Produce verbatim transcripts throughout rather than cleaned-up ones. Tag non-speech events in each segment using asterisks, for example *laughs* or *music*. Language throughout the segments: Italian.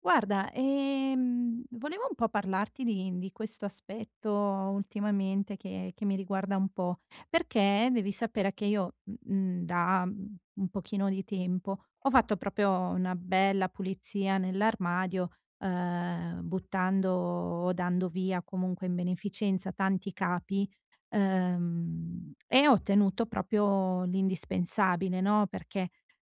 Guarda, ehm, volevo un po' parlarti di di questo aspetto ultimamente che che mi riguarda un po', perché devi sapere che io, mhmm, da, mhmm, un pochino di tempo ho fatto proprio una bella pulizia nell'armadio, ehm, buttando o dando via comunque in beneficenza tanti capi, ehm, e ho ottenuto proprio l'indispensabile, no, perché,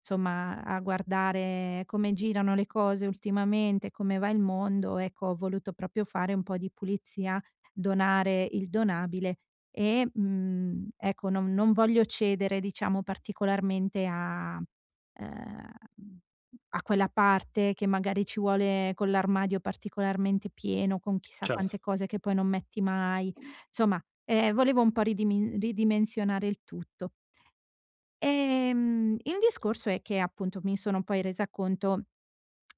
insomma, a guardare come girano le cose ultimamente, come va il mondo, ecco, ho voluto proprio fare un po' di pulizia, donare il donabile e, mhmm, ecco, non non voglio cedere, diciamo, particolarmente a ehm, a quella parte che magari ci vuole con l'armadio particolarmente pieno, con chissà Certo. quante cose che poi non metti mai. Insomma, ehm, volevo un po' ridimi ridimensionare il tutto. Ehm, il discorso è che appunto mi sono poi resa conto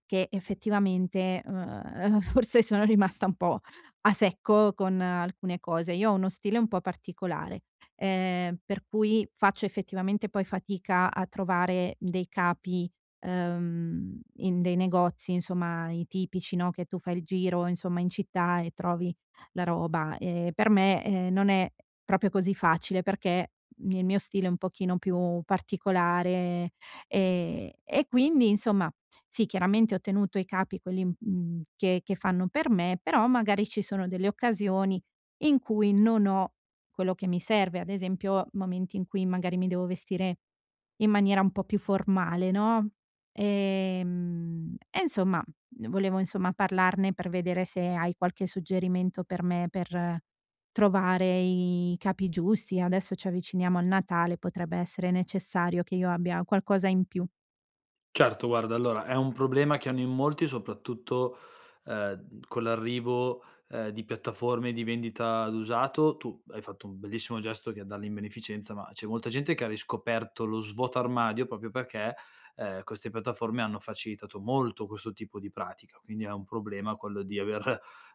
che effettivamente, uhm, *laughs* forse sono rimasta un po' a secco con alcune cose. Io ho uno stile un po' particolare, ehm, per cui faccio effettivamente poi fatica a trovare dei capi, uhm, in dei negozi, insomma, i tipici, no, che tu fai il giro, insomma, in città e trovi la roba. Ehm, per me, ehm, non è proprio così facile perché il mio stile è un pochino più particolare. Ehm, e quindi insomma, sì, chiaramente ho tenuto i capi quelli, mhmm, mhmm, che che fanno per me, però magari ci sono delle occasioni in cui non ho quello che mi serve, ad esempio momenti in cui magari mi devo vestire in maniera un po' più formale, no, ehm, e insomma volevo insomma parlarne per vedere se hai qualche suggerimento per me per trovare i capi giusti. Adesso ci avviciniamo al Natale, potrebbe essere necessario che io abbia qualcosa in più. Certo, guarda, allora è un problema che hanno in molti, soprattutto, ehm, con l'arrivo, ehm, di piattaforme di vendita d'usato. Tu hai fatto un bellissimo gesto che è darle in beneficenza, ma c'è molta gente che ha riscoperto lo svuota armadio proprio perché, ehm, queste piattaforme hanno facilitato molto questo tipo di pratica. Quindi è un problema quello di aver,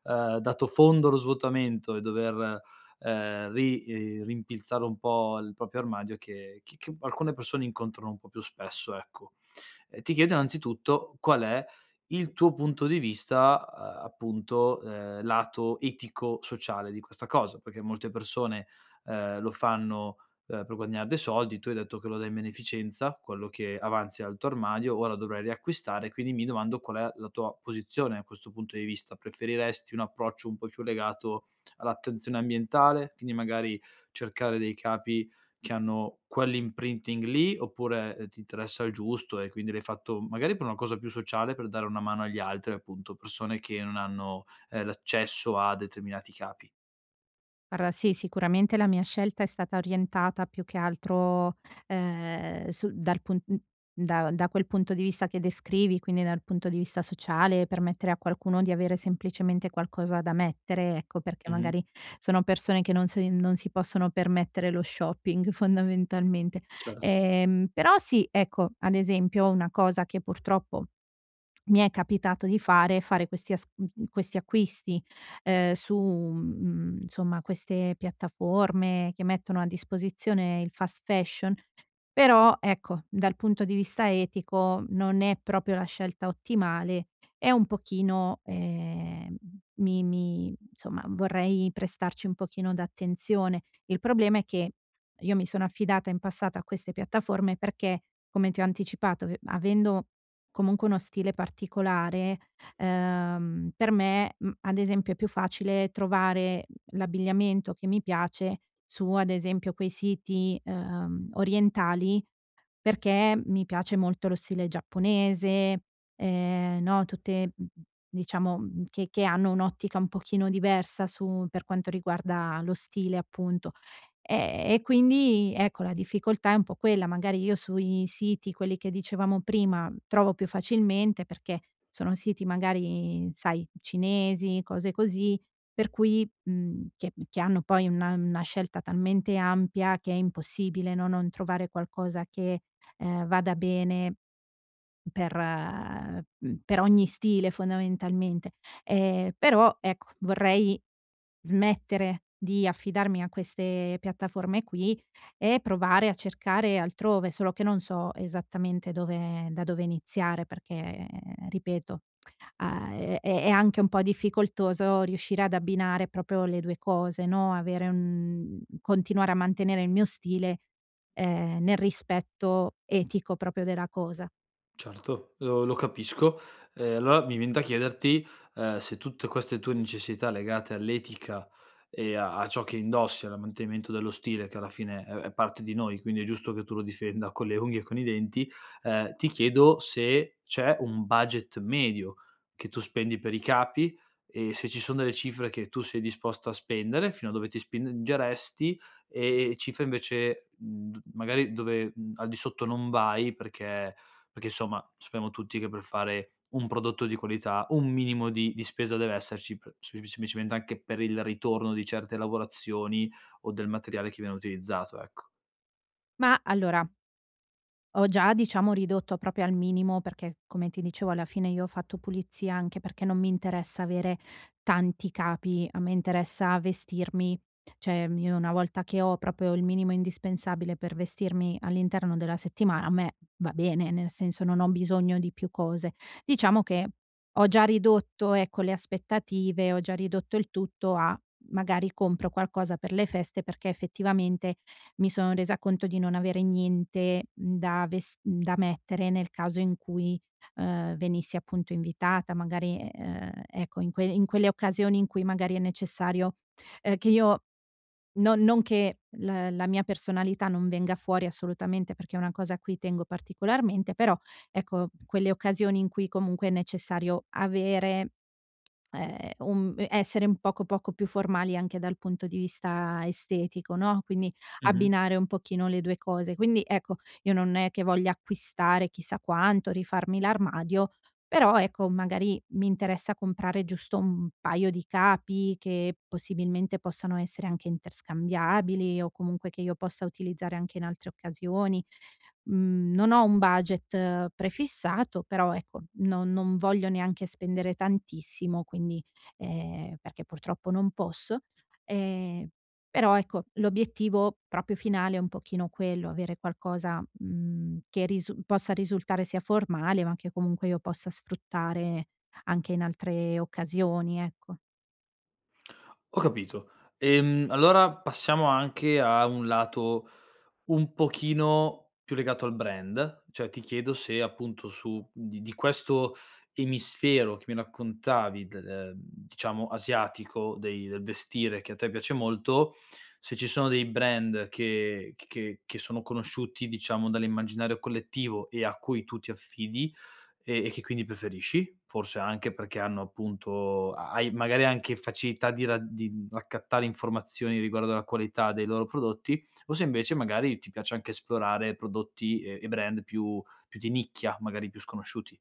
ehm, dato fondo allo svuotamento e dover, ehm, ri ehm, rimpilzare un po' il proprio armadio che che che alcune persone incontrano un po' più spesso, ecco. Ehm, ti chiedo innanzitutto qual è il tuo punto di vista, uhm, appunto, ehm, lato etico-sociale di questa cosa, perché molte persone, ehm, lo fanno, ehm, per guadagnare dei soldi. Tu hai detto che lo dai in beneficenza, quello che avanzi dal tuo armadio, ora dovrai riacquistare, quindi mi domando qual è la tua posizione a questo punto di vista. Preferiresti un approccio un po' più legato all'attenzione ambientale, quindi magari cercare dei capi che hanno quell'imprinting lì, oppure, ehm, ti interessa il giusto e quindi l'hai fatto magari per una cosa più sociale, per dare una mano agli altri, appunto, persone che non hanno, ehm, l'accesso a determinati capi. Guarda, sì, sicuramente la mia scelta è stata orientata più che altro, ehm, su dal pun mhmm, da da quel punto di vista che descrivi, quindi dal punto di vista sociale, permettere a qualcuno di avere semplicemente qualcosa da mettere, ecco, perché Mh-mh, magari sono persone che non si non si possono permettere lo shopping *laughs* fondamentalmente. certo. Ehm, però sì, ecco, ad esempio una cosa che purtroppo mi è capitato di fare fare questi as mhmm, questi acquisti, ehm, su, mhmm, insomma queste piattaforme che mettono a disposizione il fast fashion, però ecco, dal punto di vista etico non è proprio la scelta ottimale e un pochino, ehm, mi mi insomma vorrei prestarci un pochino d'attenzione. Il problema è che io mi sono affidata in passato a queste piattaforme perché, come ti ho anticipato, ave avendo comunque uno stile particolare. Ehm, per me, mhmm, ad esempio è più facile trovare l'abbigliamento che mi piace su, ad esempio, quei siti, ehm, orientali perché mi piace molto lo stile giapponese, ehm, no, tutte, mhmm, diciamo, mhmm, che che hanno un'ottica un pochino diversa su per quanto riguarda lo stile appunto. E e quindi ecco, la difficoltà è un po' quella, magari io sui siti, quelli che dicevamo prima, trovo più facilmente perché sono siti magari, sai, cinesi, cose così, per cui mhmm, che che hanno poi una una scelta talmente ampia che è impossibile, no, non trovare qualcosa che ehm, vada bene per mhmm, per ogni stile fondamentalmente. Ehm, però ecco, vorrei smettere di affidarmi a queste piattaforme qui e provare a cercare altrove, solo che non so esattamente dove da dove iniziare perché, eh, ripeto. Ah, è è è anche un po' difficoltoso riuscire ad abbinare proprio le due cose, no, avere un continuare a mantenere il mio stile, ehm, nel rispetto etico proprio della cosa. Certo, lo lo capisco. Ehm, allora mi viene da chiederti, ehm, se tutte queste tue necessità legate all'etica e a a ciò che indossi, al mantenimento dello stile che alla fine è è parte di noi, quindi è giusto che tu lo difenda con le unghie e con i denti, ehm, ti chiedo se c'è un budget medio che tu spendi per i capi e se ci sono delle cifre che tu sei disposta a spendere, fino a dove ti spingeresti e e cifre invece, mhmm, d magari dove, mhmm, al di sotto non vai, perché perché insomma sappiamo tutti che per fare un prodotto di qualità un minimo di di spesa deve esserci p sem semplicemente anche per il ritorno di certe lavorazioni o del materiale che viene utilizzato, ecco. Ma allora ho già, diciamo, ridotto proprio al minimo perché, come ti dicevo, alla fine io ho fatto pulizia anche perché non mi interessa avere tanti capi, a me interessa vestirmi, cioè m io una volta che ho proprio il minimo indispensabile per vestirmi all'interno della settimana, a me va bene, nel senso non ho bisogno di più cose. Diciamo che ho già ridotto, ecco, le aspettative, ho già ridotto il tutto a magari compro qualcosa per le feste perché effettivamente mi sono resa conto di non avere niente da ves da mettere nel caso in cui, uhm, venissi appunto invitata, magari, ehm, ecco in que in quelle occasioni in cui magari è necessario, ehm, che io no, non che la la mia personalità non venga fuori assolutamente, perché è una cosa a cui tengo particolarmente, però ecco, quelle occasioni in cui comunque è necessario avere, ehm, un essere un poco poco più formali anche dal punto di vista estetico, no, quindi Mh-mh. abbinare un pochino le due cose. Quindi ecco, io non è che voglia acquistare chissà quanto, rifarmi l'armadio, però ecco, magari mi interessa comprare giusto un paio di capi che possibilmente possano essere anche interscambiabili o comunque che io possa utilizzare anche in altre occasioni. Mhmm, non ho un budget eh, prefissato, però ecco, non non voglio neanche spendere tantissimo, quindi ehm, perché purtroppo non posso. Ehm Però ecco, l'obiettivo proprio finale è un pochino quello, avere qualcosa, mhmm, che risu possa risultare sia formale, ma che comunque io possa sfruttare anche in altre occasioni, ecco. Ho capito. Ehm, allora passiamo anche a un lato un pochino più legato al brand, cioè ti chiedo se appunto su di di questo emisfero che mi raccontavi del ehm, diciamo asiatico, dei del vestire che a te piace molto, se ci sono dei brand che che che sono conosciuti, diciamo, dall'immaginario collettivo e a cui tu ti affidi, e e che quindi preferisci, forse anche perché hanno appunto ha hai magari anche facilità di ra di raccattare informazioni riguardo alla qualità dei loro prodotti, o se invece magari ti piace anche esplorare prodotti e e brand più più di nicchia, magari più sconosciuti.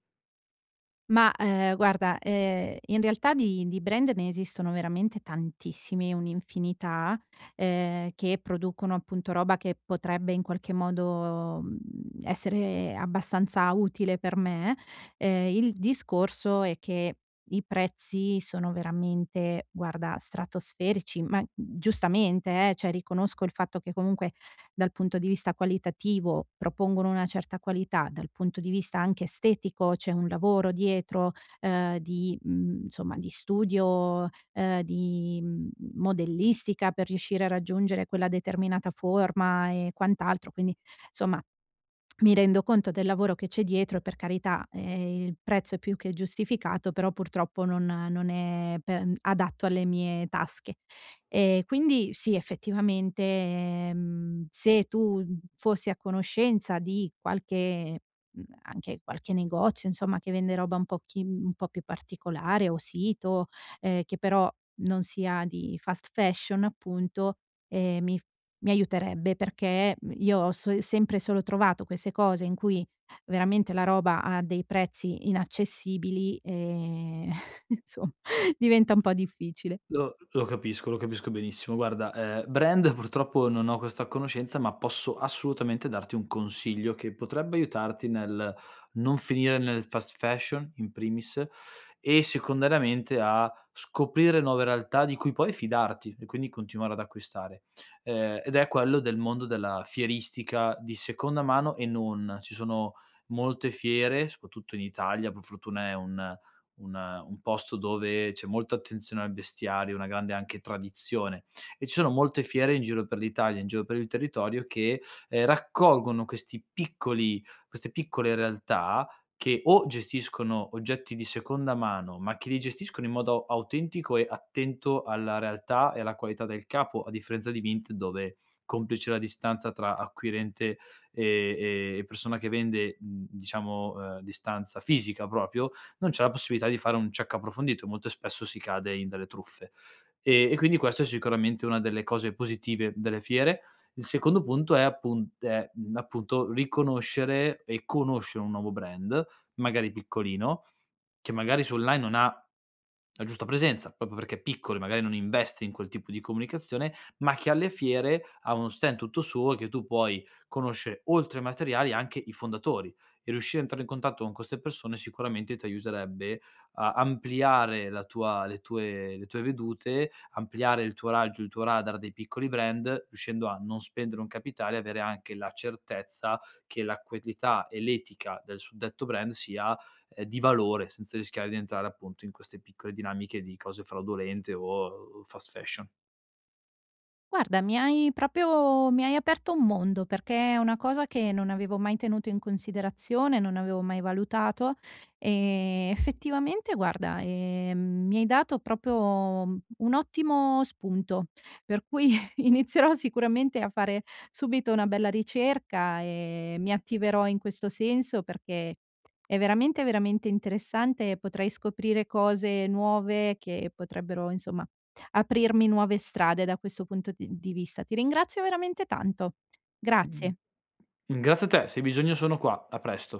Ma, ehm, guarda, ehm, in realtà di di brand ne esistono veramente tantissimi, un'infinità, ehm, che producono appunto roba che potrebbe in qualche modo, mhmm, essere abbastanza utile per me. Ehm, il discorso è che i prezzi sono veramente, guarda, stratosferici, ma mhmm, giustamente eh, cioè riconosco il fatto che comunque dal punto di vista qualitativo propongono una certa qualità, dal punto di vista anche estetico c'è un lavoro dietro, ehm, di mhmm, insomma di studio, ehm, di, mhmm, modellistica per riuscire a raggiungere quella determinata forma e quant'altro. Quindi, insomma, mi rendo conto del lavoro che c'è dietro e per carità, ehm, il prezzo è più che giustificato, però purtroppo non non è per mm, adatto alle mie tasche. Ehm, quindi sì, effettivamente, ehm, se tu mhmm, fossi a conoscenza di qualche mhmm, anche qualche negozio, insomma, che vende roba un pochi mhmm, un po' più particolare o sito, ehm, che però non sia di fast fashion appunto, ehm, mi f mi aiuterebbe perché, mhmm, io ho so sempre e solo trovato queste cose in cui veramente la roba ha dei prezzi inaccessibili, ehm, *laughs* insomma diventa un po' difficile. Lo lo capisco, lo capisco benissimo. Guarda, ehm, brand purtroppo non ho questa conoscenza, ma posso assolutamente darti un consiglio che potrebbe aiutarti nel non finire nel fast fashion, in primis, e secondariamente a scoprire nuove realtà di cui poi fidarti e quindi continuare ad acquistare. Ehm, ed è quello del mondo della fieristica di seconda mano e non. Ci sono molte fiere, soprattutto in Italia; per fortuna è un un un posto dove c'è molta attenzione al vestiario, una grande anche tradizione, e ci sono molte fiere in giro per l'Italia, in giro per il territorio che, ehm, raccolgono questi piccoli, queste piccole realtà che o gestiscono oggetti di seconda mano, ma che li gestiscono in modo autentico e attento alla realtà e alla qualità del capo, a differenza di Vinted dove, complice la distanza tra acquirente e e persona che vende, mhmm, diciamo, ehm, distanza fisica proprio, non c'è la possibilità di fare un check approfondito, e molto spesso si cade in delle truffe. E, e quindi questa è sicuramente una delle cose positive delle fiere. Il secondo punto è, appun- è, mh, appunto, riconoscere e conoscere un nuovo brand, magari piccolino, che magari su online non ha la giusta presenza, proprio perché è piccolo e magari non investe in quel tipo di comunicazione, ma che alle fiere ha uno stand tutto suo e che tu puoi conoscere oltre ai materiali anche i fondatori, e riuscire a entrare in contatto con queste persone sicuramente ti aiuterebbe a ampliare la tua le tue le tue vedute, ampliare il tuo raggio, il tuo radar dei piccoli brand, riuscendo a non spendere un capitale e avere anche la certezza che la qualità e l'etica del suddetto brand sia, ehm, di valore, senza rischiare di entrare appunto in queste piccole dinamiche di cose fraudolente o fast fashion. Guarda, mi hai proprio mi hai aperto un mondo, perché è una cosa che non avevo mai tenuto in considerazione, non avevo mai valutato e effettivamente guarda, ehm, mi hai dato proprio mhmm, un ottimo spunto, per cui *laughs* inizierò sicuramente a fare subito una bella ricerca e mi attiverò in questo senso perché è veramente, veramente interessante e potrei scoprire cose nuove che potrebbero, insomma, aprirmi nuove strade da questo punto di di vista. Ti ringrazio veramente tanto. Grazie. Grazie a te, se hai bisogno sono qua. A presto.